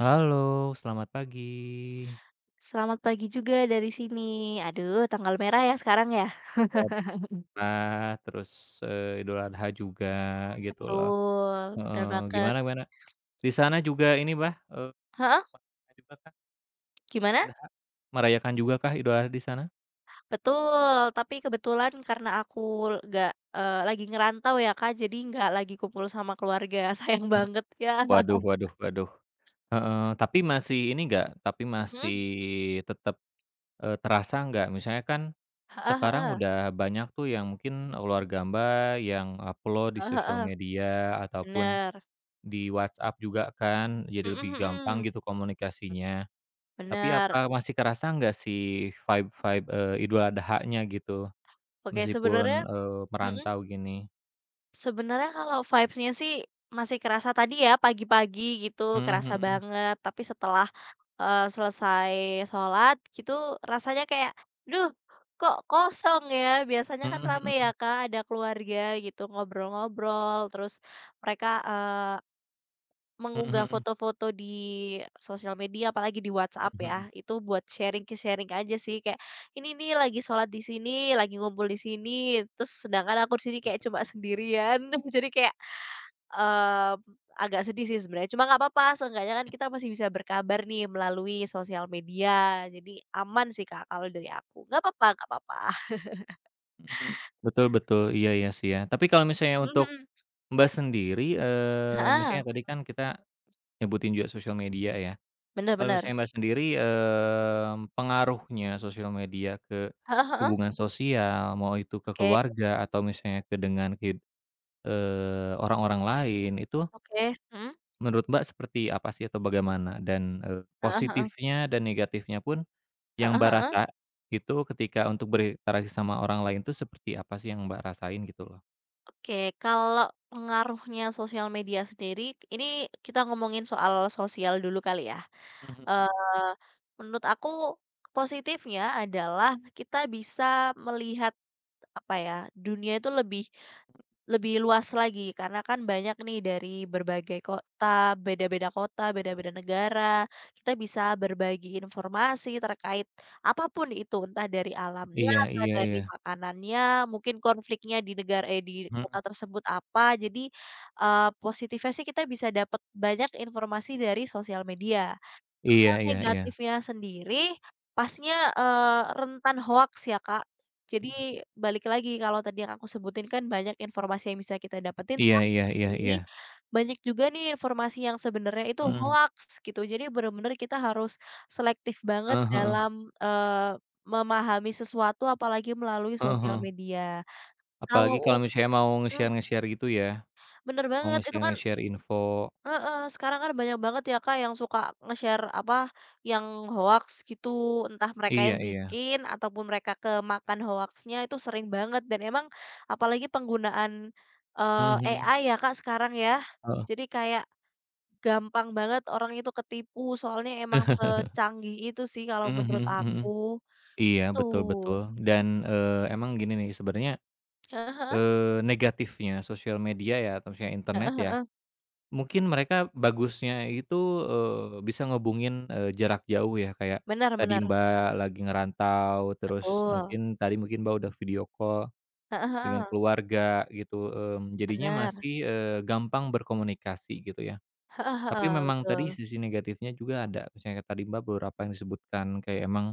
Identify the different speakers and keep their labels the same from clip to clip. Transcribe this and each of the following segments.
Speaker 1: Halo, selamat pagi.
Speaker 2: Selamat pagi juga dari sini. Aduh, tanggal merah ya sekarang ya?
Speaker 1: Selamat, terus, Idul Adha juga gitu loh.
Speaker 2: Betul, bener
Speaker 1: Heeh,
Speaker 2: banget.
Speaker 1: gimana gimana? Di sana juga ini, Bah,
Speaker 2: Heeh,
Speaker 1: merayakan juga kah
Speaker 2: gimana?
Speaker 1: Idul Adha? Merayakan juga kah Idul Adha di sana?
Speaker 2: Betul, tapi kebetulan karena aku nggak, eee, lagi ngerantau ya, Kak, jadi nggak lagi kumpul sama keluarga, sayang
Speaker 1: Mmm,
Speaker 2: banget ya.
Speaker 1: waduh waduh waduh. Heeh, tapi masih ini nggak, tapi masih
Speaker 2: Mhm,
Speaker 1: tetap, terasa nggak? Misalnya kan
Speaker 2: heeh
Speaker 1: sekarang
Speaker 2: heeh,
Speaker 1: udah banyak tuh yang mungkin, luar Samba yang upload di
Speaker 2: heeh
Speaker 1: sosial
Speaker 2: heeh,
Speaker 1: media ataupun
Speaker 2: bener,
Speaker 1: di WhatsApp juga kan, jadi
Speaker 2: mhm
Speaker 1: lebih gampang
Speaker 2: mhm,
Speaker 1: gitu komunikasinya. Tapi
Speaker 2: bener.
Speaker 1: apa masih kerasa nggak sih vibe-vibe, Idul nya gitu?
Speaker 2: Oke,
Speaker 1: Meskipun,
Speaker 2: mhm,
Speaker 1: merantau gini.
Speaker 2: sebenarnya kalau vibes-nya sih masih kerasa tadi ya, pagi-pagi gitu
Speaker 1: Mhm
Speaker 2: kerasa
Speaker 1: mhm.
Speaker 2: banget, tapi setelah selesai sholat gitu rasanya kayak, "Duh, kok kosong ya?" Biasanya kan
Speaker 1: Mhm
Speaker 2: rame ya
Speaker 1: mhm.
Speaker 2: Kak, ada keluarga gitu ngobrol-ngobrol, terus mereka
Speaker 1: Mhm
Speaker 2: mengunggah
Speaker 1: mhm.
Speaker 2: foto-foto di sosial media apalagi di WhatsApp
Speaker 1: Mhm
Speaker 2: ya,
Speaker 1: mhm.
Speaker 2: itu buat sharing aja sih kayak, "Ini nih lagi sholat di sini, lagi ngumpul di sini." Terus sedangkan aku di sini kayak cuma sendirian, jadi kayak Mmm, agak sedih sih sebenarnya, cuma nggak apa-apa, seenggaknya kan kita masih bisa berkabar nih melalui sosial media, jadi aman sih, Kak, kalau dari aku. Nggak apa-apa nggak apa-apa.
Speaker 1: Mhm mhm. Betul betul, iya iya sih ya. Tapi kalau misalnya
Speaker 2: Mhm
Speaker 1: untuk
Speaker 2: mhm.
Speaker 1: Mbak sendiri,
Speaker 2: Heeh,
Speaker 1: misalnya tadi kan kita nyebutin juga sosial media ya.
Speaker 2: bener
Speaker 1: Kalau
Speaker 2: bener.
Speaker 1: misalnya Mbak sendiri, pengaruhnya sosial media ke
Speaker 2: Heeh heeh.
Speaker 1: hubungan sosial, mau itu ke
Speaker 2: Oke
Speaker 1: keluarga atau misalnya ke dengan orang-orang lain, itu
Speaker 2: oke. Mhm.
Speaker 1: menurut Mbak seperti apa sih atau bagaimana? Dan,
Speaker 2: Heeh heeh.
Speaker 1: positifnya dan negatifnya pun yang
Speaker 2: Heeh
Speaker 1: Mbak
Speaker 2: heeh.
Speaker 1: rasa itu ketika untuk berinteraksi sama orang lain tuh seperti apa sih yang Mbak rasain gitu loh?
Speaker 2: Oke, kalau pengaruhnya sosial media sendiri, ini kita ngomongin soal sosial dulu kali ya.
Speaker 1: Mhm
Speaker 2: Eee,
Speaker 1: mhm.
Speaker 2: menurut aku positifnya adalah kita bisa melihat, apa ya, dunia itu lebih lebih luas lagi karena kan banyak nih dari berbagai kota, beda-beda negara. Kita bisa berbagi informasi terkait apapun itu, entah dari alamnya,
Speaker 1: Iya
Speaker 2: entah
Speaker 1: iya
Speaker 2: dari
Speaker 1: iya.
Speaker 2: makanannya, mungkin konfliknya di negara eh di kota
Speaker 1: Mhm.
Speaker 2: tersebut apa. Jadi, positifnya sih kita bisa dapat banyak informasi dari sosial media.
Speaker 1: Iya iya iya.
Speaker 2: Negatifnya sendiri, pasnya, rentan hoaks ya, Kak.
Speaker 1: Mhm.
Speaker 2: Jadi balik lagi kalau tadi yang aku sebutin kan banyak informasi yang bisa kita dapetin,
Speaker 1: Iya iya iya iya.
Speaker 2: tapi banyak juga nih informasi yang sebenarnya itu
Speaker 1: Mhm.
Speaker 2: hoaks gitu. Jadi bener-bener kita harus selektif banget
Speaker 1: Heeh heeh.
Speaker 2: dalam memahami sesuatu apalagi melalui
Speaker 1: Heeh
Speaker 2: sosial
Speaker 1: heeh.
Speaker 2: media. Kalau
Speaker 1: Apalagi
Speaker 2: u
Speaker 1: kalau misalnya mau
Speaker 2: mmm,
Speaker 1: nge-share nge-share gitu ya,
Speaker 2: bener
Speaker 1: mau
Speaker 2: banget, itu
Speaker 1: nge-share
Speaker 2: kan,
Speaker 1: nge-share info.
Speaker 2: heeh, sekarang kan banyak banget ya Kak yang suka nge-share apa, yang hoax gitu, entah mereka
Speaker 1: Iya
Speaker 2: yang
Speaker 1: iya.
Speaker 2: bikin ataupun mereka kemakan hoaxnya itu sering banget, dan emang apalagi penggunaan,
Speaker 1: Mhm
Speaker 2: eee,
Speaker 1: mhm.
Speaker 2: AI ya Kak sekarang ya.
Speaker 1: Heeh.
Speaker 2: Jadi kayak gampang banget orang itu ketipu soalnya emang secanggih itu sih kalau
Speaker 1: Mhm mhm
Speaker 2: menurut
Speaker 1: mhm.
Speaker 2: aku,
Speaker 1: Iya,
Speaker 2: itu.
Speaker 1: betul betul. Dan, emang gini nih sebenarnya,
Speaker 2: Heeh heeh,
Speaker 1: negatifnya sosial media ya atau misalnya internet
Speaker 2: heeh
Speaker 1: ya,
Speaker 2: heeh,
Speaker 1: mungkin mereka bagusnya itu, bisa ngehubungin, jarak jauh ya kayak
Speaker 2: bener
Speaker 1: tadi
Speaker 2: bener,
Speaker 1: Mbak lagi ngerantau, terus
Speaker 2: betul.
Speaker 1: mungkin tadi mungkin Mbak udah video call
Speaker 2: Heeh
Speaker 1: dengan
Speaker 2: heeh,
Speaker 1: keluarga gitu, jadinya
Speaker 2: bener,
Speaker 1: masih, gampang berkomunikasi gitu ya.
Speaker 2: heeh
Speaker 1: Tapi
Speaker 2: heeh,
Speaker 1: memang
Speaker 2: betul.
Speaker 1: tadi sisi negatifnya juga ada, misalnya tadi Mbak beberapa yang disebutkan kayak emang,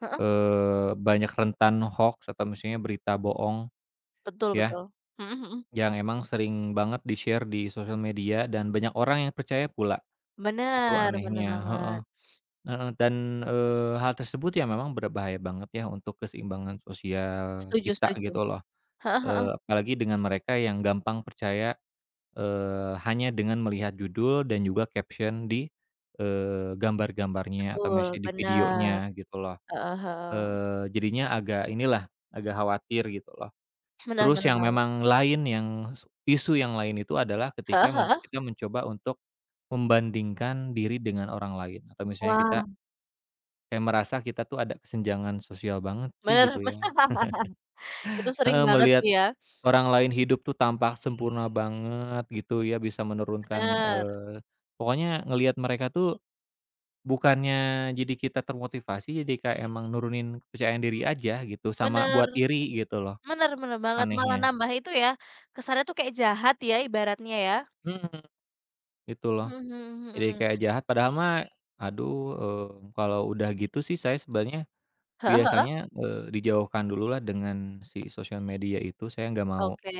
Speaker 2: Heeh.
Speaker 1: banyak rentan hoax atau misalnya berita bohong
Speaker 2: Betul
Speaker 1: ya,
Speaker 2: betul. Mhm mhm.
Speaker 1: yang emang sering banget di-share di sosial media dan banyak orang yang percaya pula, itu
Speaker 2: Bener bener
Speaker 1: anehnya heeh
Speaker 2: banget.
Speaker 1: heeh, dan, hal tersebut ya memang berbahaya banget ya untuk keseimbangan sosial
Speaker 2: Setuju
Speaker 1: kita
Speaker 2: setuju.
Speaker 1: gitu loh,
Speaker 2: Heeh heeh.
Speaker 1: apalagi dengan mereka yang gampang percaya hanya dengan melihat judul dan juga caption di, gambar-gambarnya atau
Speaker 2: Betul,
Speaker 1: misalnya di
Speaker 2: bener.
Speaker 1: videonya gitu loh.
Speaker 2: Heeh heeh.
Speaker 1: Jadinya agak inilah, agak khawatir gitu loh.
Speaker 2: Bener
Speaker 1: Terus
Speaker 2: bener
Speaker 1: yang
Speaker 2: banget.
Speaker 1: memang lain yang isu yang lain itu adalah ketika
Speaker 2: Heeh heeh?
Speaker 1: kita mencoba untuk membandingkan diri dengan orang lain atau misalnya kita
Speaker 2: Wah,
Speaker 1: kayak merasa kita tuh ada kesenjangan sosial banget sih
Speaker 2: bener
Speaker 1: gitu ya.
Speaker 2: bener. Itu sering
Speaker 1: Heeh,
Speaker 2: banget
Speaker 1: melihat
Speaker 2: sih ya.
Speaker 1: orang lain hidup tuh tampak sempurna banget gitu ya, bisa menurunkan,
Speaker 2: Bener
Speaker 1: pokoknya ngelihat mereka tuh bukannya jadi kita termotivasi, jadi kayak emang nurunin kepercayaan diri aja gitu, sama
Speaker 2: bener
Speaker 1: buat iri gitu loh,
Speaker 2: bener bener banget, malah
Speaker 1: anehnya.
Speaker 2: nambah itu ya, kesannya tuh kayak jahat ya ibaratnya ya.
Speaker 1: Mhm, gitu loh.
Speaker 2: Mhm mhm
Speaker 1: Jadi
Speaker 2: mhm.
Speaker 1: kayak jahat padahal mah aduh, eee, kalau udah gitu sih saya sebenarnya
Speaker 2: Heeh heeh?
Speaker 1: biasanya, dijauhkan dululah dengan si sosial media itu, saya nggak mau
Speaker 2: Oke,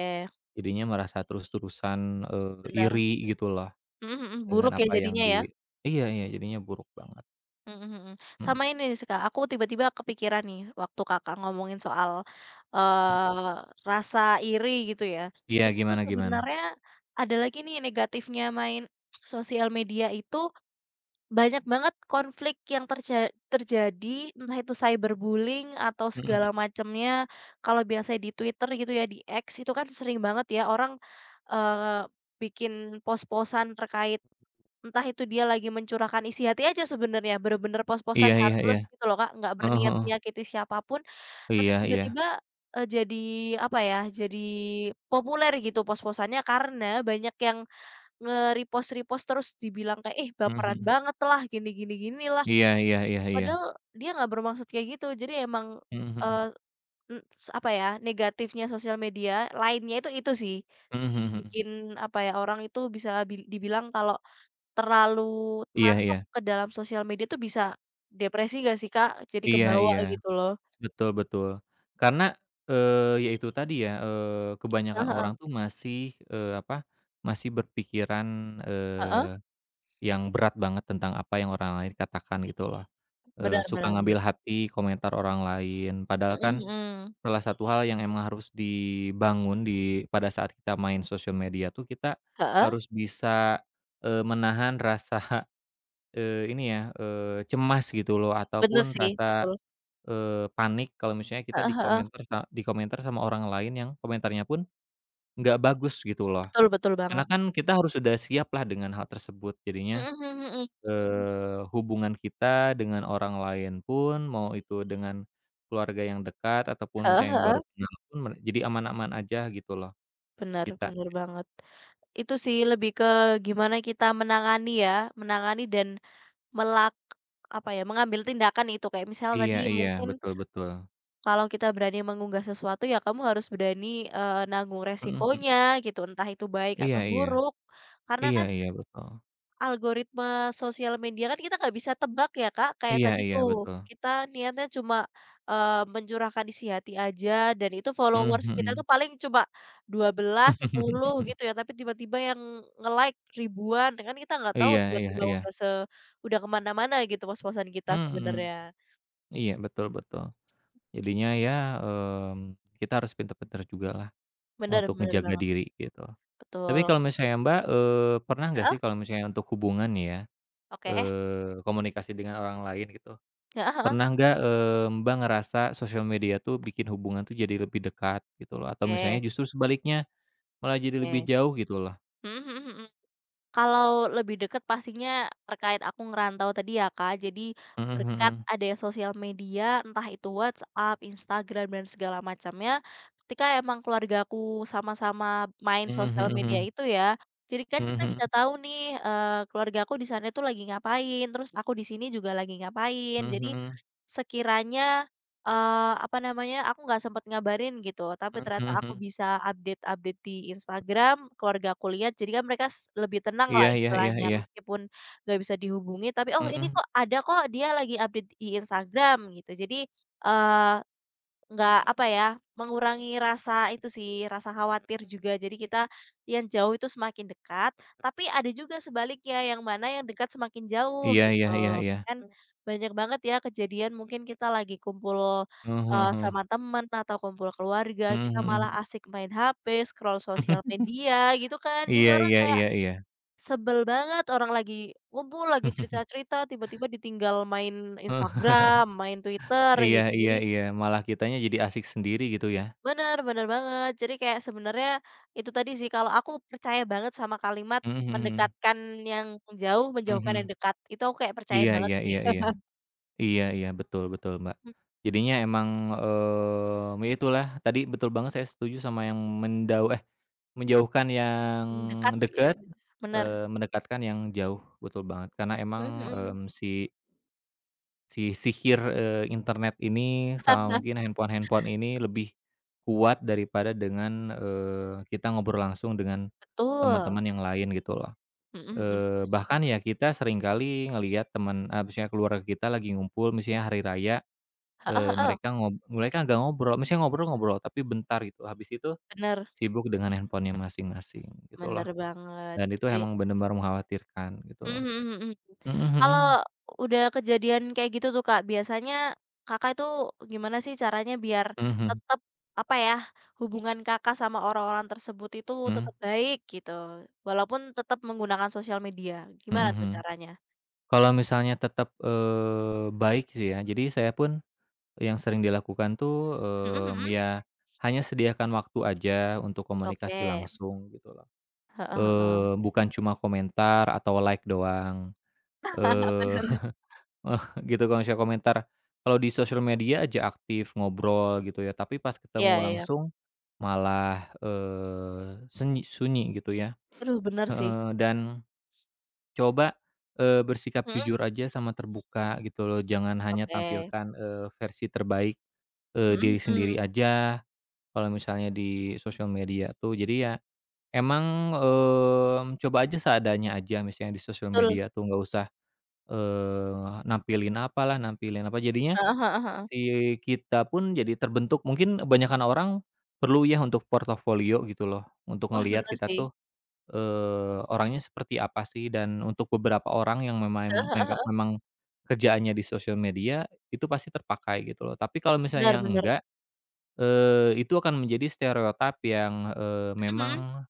Speaker 1: jadinya merasa terus-terusan,
Speaker 2: bener.
Speaker 1: iri gitu loh.
Speaker 2: Mhm mhm. Buruk
Speaker 1: Dengan
Speaker 2: ya
Speaker 1: apa yang
Speaker 2: jadinya ya?
Speaker 1: di, iya iya, jadinya buruk banget,
Speaker 2: Mhm mhm, mhm.
Speaker 1: mhm,
Speaker 2: Sama ini sih, Kak, aku tiba-tiba kepikiran nih waktu Kakak ngomongin soal,
Speaker 1: mmm,
Speaker 2: eee, rasa iri gitu ya,
Speaker 1: iya,
Speaker 2: itu tuh
Speaker 1: gimana gimana?
Speaker 2: sebenarnya ada lagi nih negatifnya main sosial media itu, banyak banget konflik yang terjadi, entah itu cyberbullying atau
Speaker 1: Mhm mhm,
Speaker 2: segala macamnya. Kalau biasanya di Twitter gitu ya, di X itu kan sering banget ya orang, eee, bikin pos-posan terkait. Entah itu dia lagi mencurahkan isi hati aja sebenarnya, bener-bener pos-posan
Speaker 1: iya iya
Speaker 2: harmless
Speaker 1: iya,
Speaker 2: gitu loh, Kak, nggak
Speaker 1: heeh
Speaker 2: berniat
Speaker 1: heeh,
Speaker 2: menyakiti siapapun, tapi
Speaker 1: iya iya,
Speaker 2: tiba-tiba, eee, jadi jadi populer gitu pos-posannya karena banyak yang nge-repost-repost terus dibilang kayak, "Ih,
Speaker 1: mhm
Speaker 2: baperan
Speaker 1: mhm,
Speaker 2: banget lah," gini gini gini lah,
Speaker 1: iya iya iya iya,
Speaker 2: padahal dia nggak bermaksud kayak gitu. Jadi emang,
Speaker 1: mhm mhm,
Speaker 2: eee, m s apa ya, negatifnya sosial media lainnya itu sih,
Speaker 1: mhm mhm mhm,
Speaker 2: bikin, apa ya, orang itu bisa dibilang kalau terlalu
Speaker 1: iya
Speaker 2: masuk
Speaker 1: iya,
Speaker 2: ke dalam sosial media tuh bisa depresi nggak sih, Kak? Jadi
Speaker 1: iya
Speaker 2: kebawa
Speaker 1: iya,
Speaker 2: gitu loh.
Speaker 1: betul betul, karena, ya itu tadi ya,
Speaker 2: Heeh
Speaker 1: kebanyakan
Speaker 2: heeh,
Speaker 1: orang tuh masih, apa, masih berpikiran,
Speaker 2: heeh,
Speaker 1: eee, yang berat banget tentang apa yang orang lain katakan gitu loh,
Speaker 2: benar
Speaker 1: suka
Speaker 2: bener
Speaker 1: ngambil
Speaker 2: bener.
Speaker 1: hati komentar orang lain, padahal
Speaker 2: Mhm
Speaker 1: kan
Speaker 2: mhm.
Speaker 1: salah satu hal yang emang harus dibangun pada saat kita main sosial media tuh kita
Speaker 2: Heeh,
Speaker 1: harus bisa, menahan rasa, ini ya, cemas gitu loh
Speaker 2: bener
Speaker 1: ataupun
Speaker 2: sih,
Speaker 1: rasa,
Speaker 2: betul.
Speaker 1: panik kalau misalnya kita
Speaker 2: Heeh heeh,
Speaker 1: di komentar sama orang lain yang komentarnya pun nggak bagus gitu loh.
Speaker 2: betul betul
Speaker 1: Karena
Speaker 2: banget.
Speaker 1: kan kita harus sudah siap lah dengan hal tersebut jadinya
Speaker 2: Mhm mhm mhm.
Speaker 1: hubungan kita dengan orang lain pun, mau itu dengan keluarga yang dekat ataupun
Speaker 2: Heeh
Speaker 1: misalnya yang
Speaker 2: heeh,
Speaker 1: baru kenal pun jadi aman-aman aja gitu loh
Speaker 2: bener
Speaker 1: kita.
Speaker 2: bener banget. Itu sih lebih ke gimana kita menangani ya, menangani dan melak mengambil tindakan itu, kayak misal
Speaker 1: Iya
Speaker 2: tadi
Speaker 1: iya,
Speaker 2: mungkin
Speaker 1: betul betul.
Speaker 2: kalau kita berani mengunggah sesuatu ya kamu harus berani nanggung
Speaker 1: Mhm mhm.
Speaker 2: resikonya gitu, entah itu baik
Speaker 1: Iya
Speaker 2: atau
Speaker 1: iya.
Speaker 2: buruk. Karena
Speaker 1: Iya
Speaker 2: kan
Speaker 1: iya, betul.
Speaker 2: algoritma sosial media kan kita nggak bisa tebak ya, Kak, kayak
Speaker 1: Iya
Speaker 2: tadi
Speaker 1: iya,
Speaker 2: tuh,
Speaker 1: betul.
Speaker 2: kita niatnya cuma mencurahkan isi hati aja, dan itu
Speaker 1: Mmm,
Speaker 2: followers kita
Speaker 1: mhm.
Speaker 2: tuh paling cuma 12, 10 gitu ya, tapi tiba-tiba yang nge-like ribuan, kan kita nggak tahu
Speaker 1: Iya iya
Speaker 2: tiba-tiba
Speaker 1: iya.
Speaker 2: udah udah kemana mana-mana gitu pos-posan kita
Speaker 1: Mhm.
Speaker 2: sebenarnya.
Speaker 1: Iya, betul betul. Jadinya ya, kita harus pintar-pintar jugalah
Speaker 2: Bener
Speaker 1: untuk
Speaker 2: bener
Speaker 1: ngejaga
Speaker 2: banget,
Speaker 1: diri gitu. Tapi
Speaker 2: betul.
Speaker 1: kalau misalnya Mbak, pernah nggak
Speaker 2: Heeh,
Speaker 1: sih kalau misalnya untuk hubungan ya.
Speaker 2: oke.
Speaker 1: Komunikasi dengan orang lain gitu.
Speaker 2: Heeh heeh.
Speaker 1: Pernah nggak, Mbak ngerasa sosial media tuh bikin hubungan tuh jadi lebih dekat gitu loh, atau misalnya
Speaker 2: Oke
Speaker 1: justru sebaliknya malah jadi
Speaker 2: oke.
Speaker 1: lebih jauh gitu loh?
Speaker 2: Mhm mhm mhm. Kalau lebih dekat pastinya terkait aku ngerantau tadi ya, Kak. Jadi
Speaker 1: Mhm
Speaker 2: berkat
Speaker 1: mhm.
Speaker 2: adanya sosial media, entah itu WhatsApp, Instagram, dan segala macamnya, ketika emang keluargaku sama-sama main
Speaker 1: Mhm
Speaker 2: sosial
Speaker 1: mhm
Speaker 2: media
Speaker 1: mhm.
Speaker 2: itu ya, jadi kan
Speaker 1: Mhm
Speaker 2: kita
Speaker 1: mhm.
Speaker 2: bisa tahu nih keluargaku di sana itu lagi ngapain, terus aku di sini juga lagi ngapain.
Speaker 1: Mhm
Speaker 2: Jadi
Speaker 1: mhm.
Speaker 2: sekiranya aku nggak sempet ngabarin gitu, tapi
Speaker 1: Mhm
Speaker 2: ternyata
Speaker 1: mhm
Speaker 2: aku
Speaker 1: mhm.
Speaker 2: bisa update-update di Instagram, keluarga aku lihat, jadi kan mereka lebih tenang
Speaker 1: Iya
Speaker 2: lah
Speaker 1: iya iya
Speaker 2: istilahnya,
Speaker 1: iya.
Speaker 2: meskipun nggak bisa dihubungi, tapi, "Oh, ini
Speaker 1: Mhm.
Speaker 2: kok ada kok, dia lagi update di Instagram," gitu. Jadi, eee nggak, apa ya, mengurangi rasa itu sih, rasa khawatir juga. Jadi kita yang jauh itu semakin dekat, tapi ada juga sebaliknya, yang mana yang dekat semakin jauh,
Speaker 1: Iya iya
Speaker 2: gitu.
Speaker 1: iya iya.
Speaker 2: Kan banyak banget ya kejadian mungkin kita lagi kumpul,
Speaker 1: Mhm mhm
Speaker 2: eee,
Speaker 1: mhm.
Speaker 2: sama temen atau kumpul keluarga,
Speaker 1: Mhm
Speaker 2: kita
Speaker 1: mhm
Speaker 2: malah
Speaker 1: mhm.
Speaker 2: asik main HP, scroll sosial media, gitu kan. Jadi
Speaker 1: Iya
Speaker 2: orang
Speaker 1: iya
Speaker 2: kayak
Speaker 1: iya iya.
Speaker 2: sebel banget, orang lagi ngumpul, lagi cerita-cerita, tiba-tiba ditinggal main
Speaker 1: Heeh.
Speaker 2: Instagram, main Twitter,
Speaker 1: Iya
Speaker 2: gitu.
Speaker 1: iya
Speaker 2: Jadi.
Speaker 1: iya, malah kitanya jadi asyik sendiri gitu ya?
Speaker 2: Bener bener banget. Jadi kayak sebenarnya itu tadi sih, kalau aku percaya banget sama kalimat
Speaker 1: Mhm mhm mhm.
Speaker 2: mendekatkan yang jauh, menjauhkan
Speaker 1: Mhm.
Speaker 2: yang dekat. Itu aku kayak percaya
Speaker 1: Iya
Speaker 2: banget
Speaker 1: iya
Speaker 2: sih.
Speaker 1: iya iya. Iya iya, betul betul, Mbak. Jadinya emang, ya itulah tadi betul banget saya setuju sama yang menjauhkan yang
Speaker 2: Mhm, dekat gitu,
Speaker 1: dekat,
Speaker 2: bener.
Speaker 1: mendekatkan yang jauh, betul banget. Karena emang,
Speaker 2: Mhm mhm.
Speaker 1: si si sihir, internet ini sama mungkin handphone-handphone ini lebih kuat daripada dengan, kita ngobrol langsung dengan
Speaker 2: Betul.
Speaker 1: teman-teman yang lain gitu loh.
Speaker 2: Mhm mhm, setuju
Speaker 1: Bahkan
Speaker 2: banget.
Speaker 1: ya kita seringkali ngelihat teman maksudnya keluarga kita lagi ngumpul misalnya hari raya.
Speaker 2: Heeh heeh,
Speaker 1: Mereka mereka agak ngobrol maksudnya ngobrol-ngobrol, tapi bentar gitu, habis itu
Speaker 2: bener,
Speaker 1: sibuk dengan handphone-nya masing-masing, gitu loh.
Speaker 2: bener banget.
Speaker 1: Dan itu
Speaker 2: Jadi.
Speaker 1: emang bener-bener mengkhawatirkan, gitu
Speaker 2: Mhm
Speaker 1: loh.
Speaker 2: mhm mhm, mhm.
Speaker 1: Mhm mhm.
Speaker 2: Kalau udah kejadian kayak gitu tuh, Kak, biasanya Kakak itu gimana sih caranya biar
Speaker 1: Mhm
Speaker 2: tetap, apa ya, hubungan Kakak sama orang-orang tersebut itu
Speaker 1: mhm.
Speaker 2: tetap baik gitu, walaupun tetap menggunakan sosial media,
Speaker 1: Mhm
Speaker 2: gimana tuh
Speaker 1: mhm.
Speaker 2: caranya?
Speaker 1: Kalau misalnya tetap, baik sih ya, jadi saya pun yang sering dilakukan tuh,
Speaker 2: Mhm mhm.
Speaker 1: ya hanya sediakan waktu aja untuk komunikasi
Speaker 2: Oke.
Speaker 1: langsung, gitu loh.
Speaker 2: Heeh heeh.
Speaker 1: Bukan cuma komentar atau like doang, eee
Speaker 2: Bener.
Speaker 1: Eh, gitu kalau misalnya komentar, kalau di sosial media aja aktif ngobrol gitu ya, tapi pas
Speaker 2: Iya
Speaker 1: ketemu
Speaker 2: iya.
Speaker 1: langsung malah, sunyi gitu ya,
Speaker 2: Aduh, bener sih.
Speaker 1: heeh, dan coba, bersikap
Speaker 2: Mhm.
Speaker 1: jujur aja sama terbuka gitu loh, jangan hanya
Speaker 2: Oke.
Speaker 1: tampilkan, versi terbaik,
Speaker 2: Mhm
Speaker 1: diri
Speaker 2: mhm.
Speaker 1: sendiri aja kalau misalnya di sosial media tuh. Jadi ya emang, coba aja seadanya aja misalnya di sosial
Speaker 2: Betul.
Speaker 1: media tuh, nggak usah, nampilin apalah, nampilin apa, jadinya
Speaker 2: Heeh heeh heeh.
Speaker 1: Si kita pun jadi terbentuk mungkin kebanyakan orang perlu ya untuk portofolio gitu loh, untuk
Speaker 2: Wah,
Speaker 1: ngelihat
Speaker 2: bener
Speaker 1: kita
Speaker 2: sih.
Speaker 1: tuh, orangnya seperti apa sih dan untuk beberapa orang yang
Speaker 2: Heeh
Speaker 1: memang
Speaker 2: heeh heeh.
Speaker 1: memang kerjaannya di sosial media itu pasti terpakai gitu loh. Tapi kalau
Speaker 2: Bener
Speaker 1: misalnya yang
Speaker 2: bener.
Speaker 1: enggak, itu akan menjadi stereotip yang,
Speaker 2: Mhm mhm.
Speaker 1: memang,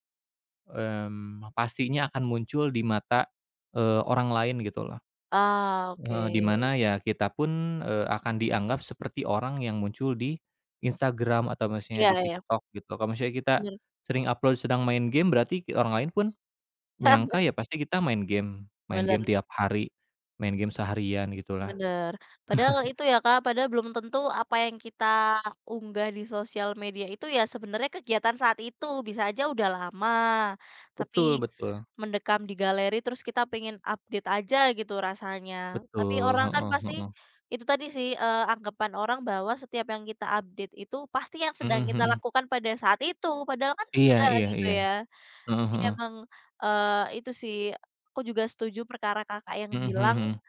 Speaker 1: pastinya akan muncul di mata, orang lain gitu loh.
Speaker 2: Ah, oke.
Speaker 1: Heeh, di mana ya kita pun, akan dianggap seperti orang yang muncul di Instagram atau misalnya
Speaker 2: Iya
Speaker 1: di
Speaker 2: iya,
Speaker 1: TikTok gitu. Kalau misalnya kita
Speaker 2: bener.
Speaker 1: sering upload sedang main game, berarti orang lain pun nyangka ya pasti kita main
Speaker 2: Bener
Speaker 1: game tiap hari, main game seharian gitulah.
Speaker 2: bener. Padahal itu ya, Kak, padahal belum tentu apa yang kita unggah di sosial media itu ya sebenarnya kegiatan saat itu, bisa aja udah lama, tapi
Speaker 1: Betul betul
Speaker 2: mendekam di galeri terus kita pengen update aja gitu rasanya. Tapi
Speaker 1: betul,
Speaker 2: orang kan
Speaker 1: heeh
Speaker 2: pasti
Speaker 1: heeh.
Speaker 2: itu tadi sih, anggapan orang bahwa setiap yang kita update itu pasti yang
Speaker 1: Mhm
Speaker 2: sedang kita
Speaker 1: mhm.
Speaker 2: lakukan pada saat itu, padahal kan
Speaker 1: Iya
Speaker 2: enggak
Speaker 1: iya
Speaker 2: gitu
Speaker 1: iya.
Speaker 2: ya.
Speaker 1: Heeh
Speaker 2: Jadi
Speaker 1: heeh.
Speaker 2: emang, itu sih, aku juga setuju perkara Kakak yang
Speaker 1: Mhm mhm
Speaker 2: bilang,
Speaker 1: mhm.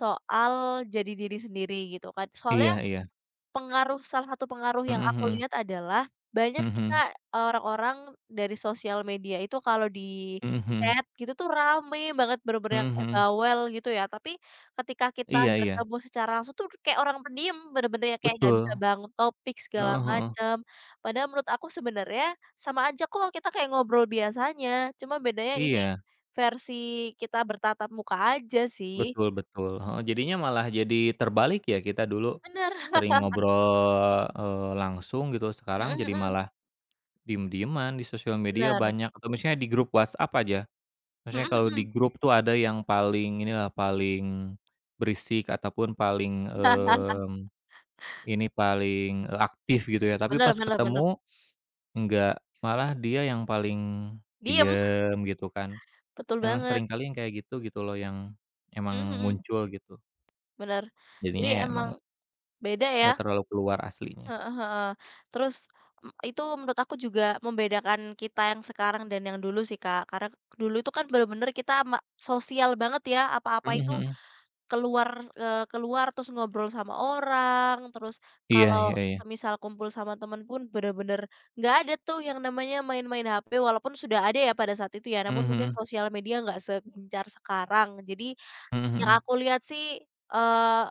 Speaker 2: soal jadi diri sendiri gitu kan. Soalnya
Speaker 1: Iya iya.
Speaker 2: Salah satu pengaruh yang
Speaker 1: Mhm
Speaker 2: aku
Speaker 1: mhm.
Speaker 2: lihat adalah, banyak
Speaker 1: Mhm
Speaker 2: nih
Speaker 1: mhm.
Speaker 2: Kak, orang-orang dari sosial media itu kalau di
Speaker 1: Mhm mhm.
Speaker 2: chat gitu tuh rame banget, bener-bener
Speaker 1: Mhm
Speaker 2: yang kayak
Speaker 1: mhm.
Speaker 2: bawel gitu ya. Tapi ketika kita
Speaker 1: Iya iya.
Speaker 2: bertemu secara langsung tuh kayak orang pendiam, bener-bener yang kayak nggak bisa
Speaker 1: Betul.
Speaker 2: bangun topik segala
Speaker 1: Heeh heeh.
Speaker 2: macam. Padahal menurut aku sebenarnya sama aja kok kita kayak ngobrol biasanya, cuma bedanya ini
Speaker 1: Iya.
Speaker 2: versi kita bertatap muka aja sih.
Speaker 1: Betul betul, heeh, jadinya malah jadi terbalik ya kita dulu
Speaker 2: Bener.
Speaker 1: sering ngobrol, langsung gitu sekarang
Speaker 2: Mhm
Speaker 1: jadi
Speaker 2: mhm,
Speaker 1: malah diem-dieman di sosial media
Speaker 2: bener.
Speaker 1: banyak atau misalnya di grup WhatsApp aja, maksudnya
Speaker 2: Mhm
Speaker 1: kalau di
Speaker 2: mhm.
Speaker 1: grup tuh ada yang paling inilah paling berisik ataupun paling, ini paling, aktif gitu ya tapi
Speaker 2: Bener
Speaker 1: pas
Speaker 2: bener bener.
Speaker 1: ketemu enggak, malah dia yang paling
Speaker 2: Diem,
Speaker 1: diem gitu kan,
Speaker 2: betul
Speaker 1: emang
Speaker 2: banget.
Speaker 1: sering kali yang kayak gitu gitu loh yang
Speaker 2: Mhm
Speaker 1: emang
Speaker 2: mhm,
Speaker 1: muncul gitu
Speaker 2: bener. Jadi
Speaker 1: jadinya ya emang
Speaker 2: emang beda ya,
Speaker 1: nggak terlalu keluar aslinya.
Speaker 2: heeh heeh. Terus, itu menurut aku juga membedakan kita yang sekarang dan yang dulu sih, Kak. Karena dulu itu kan bener-bener kita sosial banget ya, apa-apa
Speaker 1: Mhm
Speaker 2: itu
Speaker 1: mhm.
Speaker 2: keluar, keluar terus ngobrol sama orang, terus
Speaker 1: Iya
Speaker 2: kalau
Speaker 1: iya iya.
Speaker 2: semisal kumpul sama temen pun bener-bener nggak ada tuh yang namanya main-main HP, walaupun sudah ada ya pada saat itu ya,
Speaker 1: Mhm
Speaker 2: namun mungkin
Speaker 1: mhm.
Speaker 2: sosial media nggak segencar sekarang. Jadi
Speaker 1: Mhm
Speaker 2: yang
Speaker 1: mhm.
Speaker 2: aku lihat sih, eee,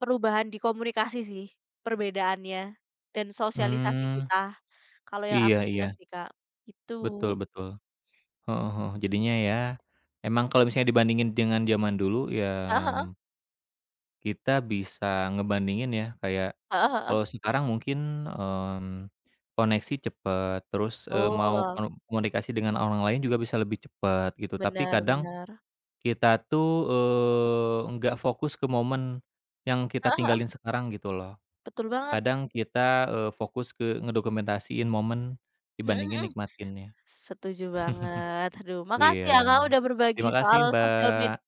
Speaker 2: perubahan di komunikasi sih, perbedaannya, dan sosialisasi
Speaker 1: Mmm,
Speaker 2: kita, kalau yang
Speaker 1: iya
Speaker 2: aku lihat
Speaker 1: iya.
Speaker 2: sih, Kak, itu.
Speaker 1: Betul betul. Heeh heeh. Jadinya ya, emang kalau misalnya dibandingin dengan zaman dulu ya,
Speaker 2: Heeh heeh.
Speaker 1: kita bisa ngebandingin ya, kayak
Speaker 2: Heeh heeh.
Speaker 1: kalau sekarang mungkin, mmm, koneksi cepet, terus, mau
Speaker 2: Betul.
Speaker 1: komunikasi dengan orang lain juga bisa lebih cepet gitu, tapi
Speaker 2: Bener
Speaker 1: kadang
Speaker 2: bener.
Speaker 1: kita tuh, nggak fokus ke momen yang kita
Speaker 2: Heeh heeh.
Speaker 1: tinggalin sekarang gitu loh.
Speaker 2: Betul banget.
Speaker 1: Kadang kita, fokus ke ngedokumentasiin momen
Speaker 2: Mhm
Speaker 1: dibandingin
Speaker 2: mhm.
Speaker 1: nikmatinnya.
Speaker 2: Setuju banget. Aduh,
Speaker 1: Iya.
Speaker 2: makasih ya, Kak, udah berbagi
Speaker 1: Terima kasih,
Speaker 2: soal sosial media.
Speaker 1: Mbak.